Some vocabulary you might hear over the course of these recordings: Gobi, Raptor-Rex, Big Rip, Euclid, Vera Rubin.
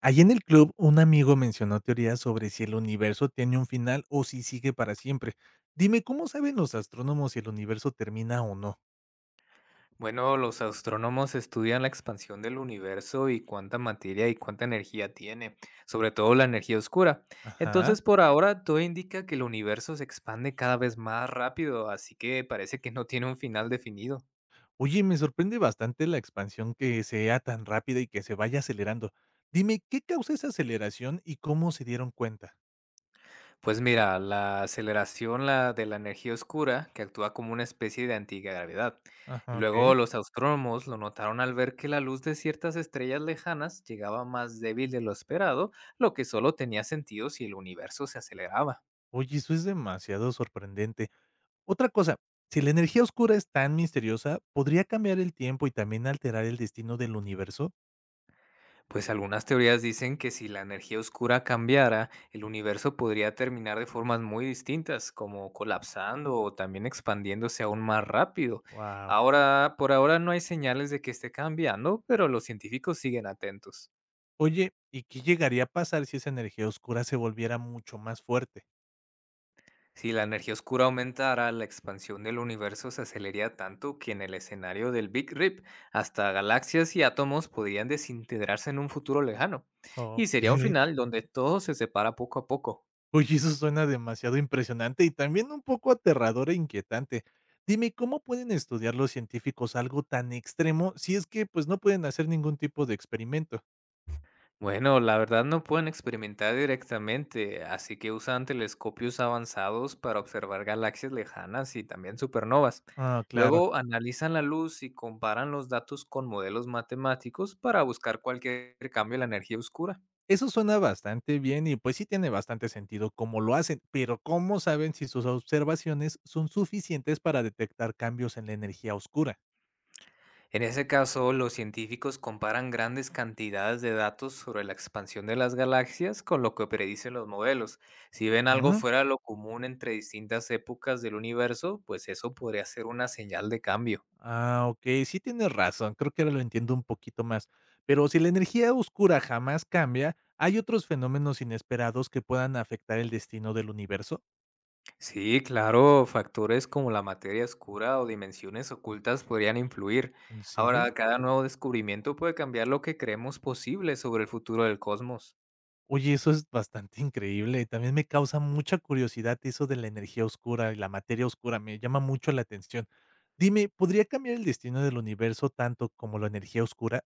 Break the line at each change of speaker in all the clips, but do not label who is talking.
Allí en el club, un amigo mencionó teorías sobre si el universo tiene un final o si sigue para siempre. Dime, ¿cómo saben los astrónomos si el universo termina o no?
Bueno, los astrónomos estudian la expansión del universo y cuánta materia y cuánta energía tiene, sobre todo la energía oscura.
Ajá.
Entonces, por ahora, todo indica que el universo se expande cada vez más rápido, así que parece que no tiene un final definido.
Oye, me sorprende bastante la expansión que sea tan rápida y que se vaya acelerando. Dime, ¿qué causa esa aceleración y cómo se dieron cuenta?
Pues mira, la aceleración la de la energía oscura, que actúa como una especie de antigravedad. Y
Ajá, ok.
luego los astrónomos lo notaron al ver que la luz de ciertas estrellas lejanas llegaba más débil de lo esperado, lo que solo tenía sentido si el universo se aceleraba.
Oye, eso es demasiado sorprendente. Otra cosa, si la energía oscura es tan misteriosa, ¿podría cambiar el tiempo y también alterar el destino del universo?
Pues algunas teorías dicen que si la energía oscura cambiara, el universo podría terminar de formas muy distintas, como colapsando o también expandiéndose aún más rápido.
Wow.
Ahora, por ahora no hay señales de que esté cambiando, pero los científicos siguen atentos.
Oye, ¿y qué llegaría a pasar si esa energía oscura se volviera mucho más fuerte?
Si la energía oscura aumentara, la expansión del universo se aceleraría tanto que en el escenario del Big Rip, hasta galaxias y átomos podrían desintegrarse en un futuro lejano. Y sería un
Okey.
final donde todo se separa poco a poco.
Oye, eso suena demasiado impresionante y también un poco aterrador e inquietante. Dime, ¿cómo pueden estudiar los científicos algo tan extremo si es que, pues, no pueden hacer ningún tipo de experimento?
Bueno, la verdad no pueden experimentar directamente, así que usan telescopios avanzados para observar galaxias lejanas y también supernovas.
Ah, claro.
Luego analizan la luz y comparan los datos con modelos matemáticos para buscar cualquier cambio en la energía oscura.
Eso suena bastante bien y, pues, sí tiene bastante sentido cómo lo hacen, pero ¿cómo saben si sus observaciones son suficientes para detectar cambios en la energía oscura?
En ese caso, los científicos comparan grandes cantidades de datos sobre la expansión de las galaxias con lo que predicen los modelos. Si ven algo
Ujú.
fuera de lo común entre distintas épocas del universo, pues eso podría ser una señal de cambio.
Ah, okey, sí tienes razón, creo que ahora lo entiendo un poquito más. Pero si la energía oscura jamás cambia, ¿hay otros fenómenos inesperados que puedan afectar el destino del universo?
Sí, claro, factores como la materia oscura o dimensiones ocultas podrían influir.
¿En serio?
Ahora, cada nuevo descubrimiento puede cambiar lo que creemos posible sobre el futuro del cosmos.
Oye, eso es bastante increíble. Y también me causa mucha curiosidad eso de la energía oscura y la materia oscura, me llama mucho la atención. Dime, ¿podría cambiar el destino del universo tanto como la energía oscura?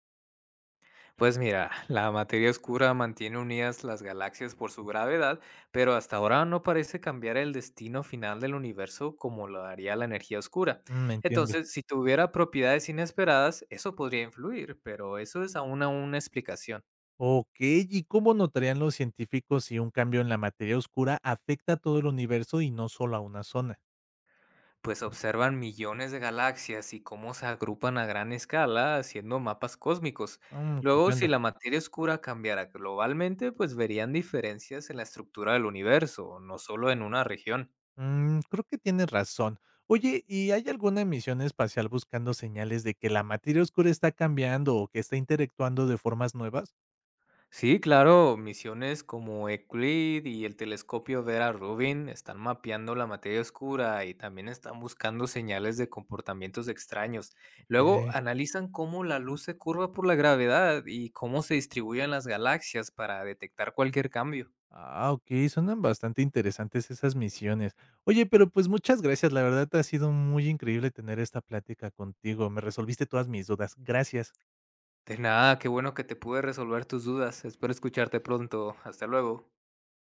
Pues mira, la materia oscura mantiene unidas las galaxias por su gravedad, pero hasta ahora no parece cambiar el destino final del universo como lo haría la energía oscura.
Mm, entiendo.
Entonces, si tuviera propiedades inesperadas, eso podría influir, pero eso es aún una explicación.
Okey, ¿y cómo notarían los científicos si un cambio en la materia oscura afecta a todo el universo y no solo a una zona?
Pues observan millones de galaxias y cómo se agrupan a gran escala haciendo mapas cósmicos.
Mm,
Luego, si
comprendo.
la materia oscura cambiara globalmente, pues verían diferencias en la estructura del universo, no solo en una región.
Mm, creo que tienes razón. Oye, ¿y hay alguna misión espacial buscando señales de que la materia oscura está cambiando o que está interactuando de formas nuevas?
Sí, claro, misiones como Euclid y el telescopio Vera Rubin están mapeando la materia oscura y también están buscando señales de comportamientos extraños. Luego
Okey.
analizan cómo la luz se curva por la gravedad y cómo se distribuyen las galaxias para detectar cualquier cambio.
Ah, okey, suenan bastante interesantes esas misiones. Oye, pero, pues, muchas gracias, la verdad ha sido muy increíble tener esta plática contigo, me resolviste todas mis dudas. Gracias.
De nada, qué bueno que te pude resolver tus dudas. Espero escucharte pronto. Hasta luego.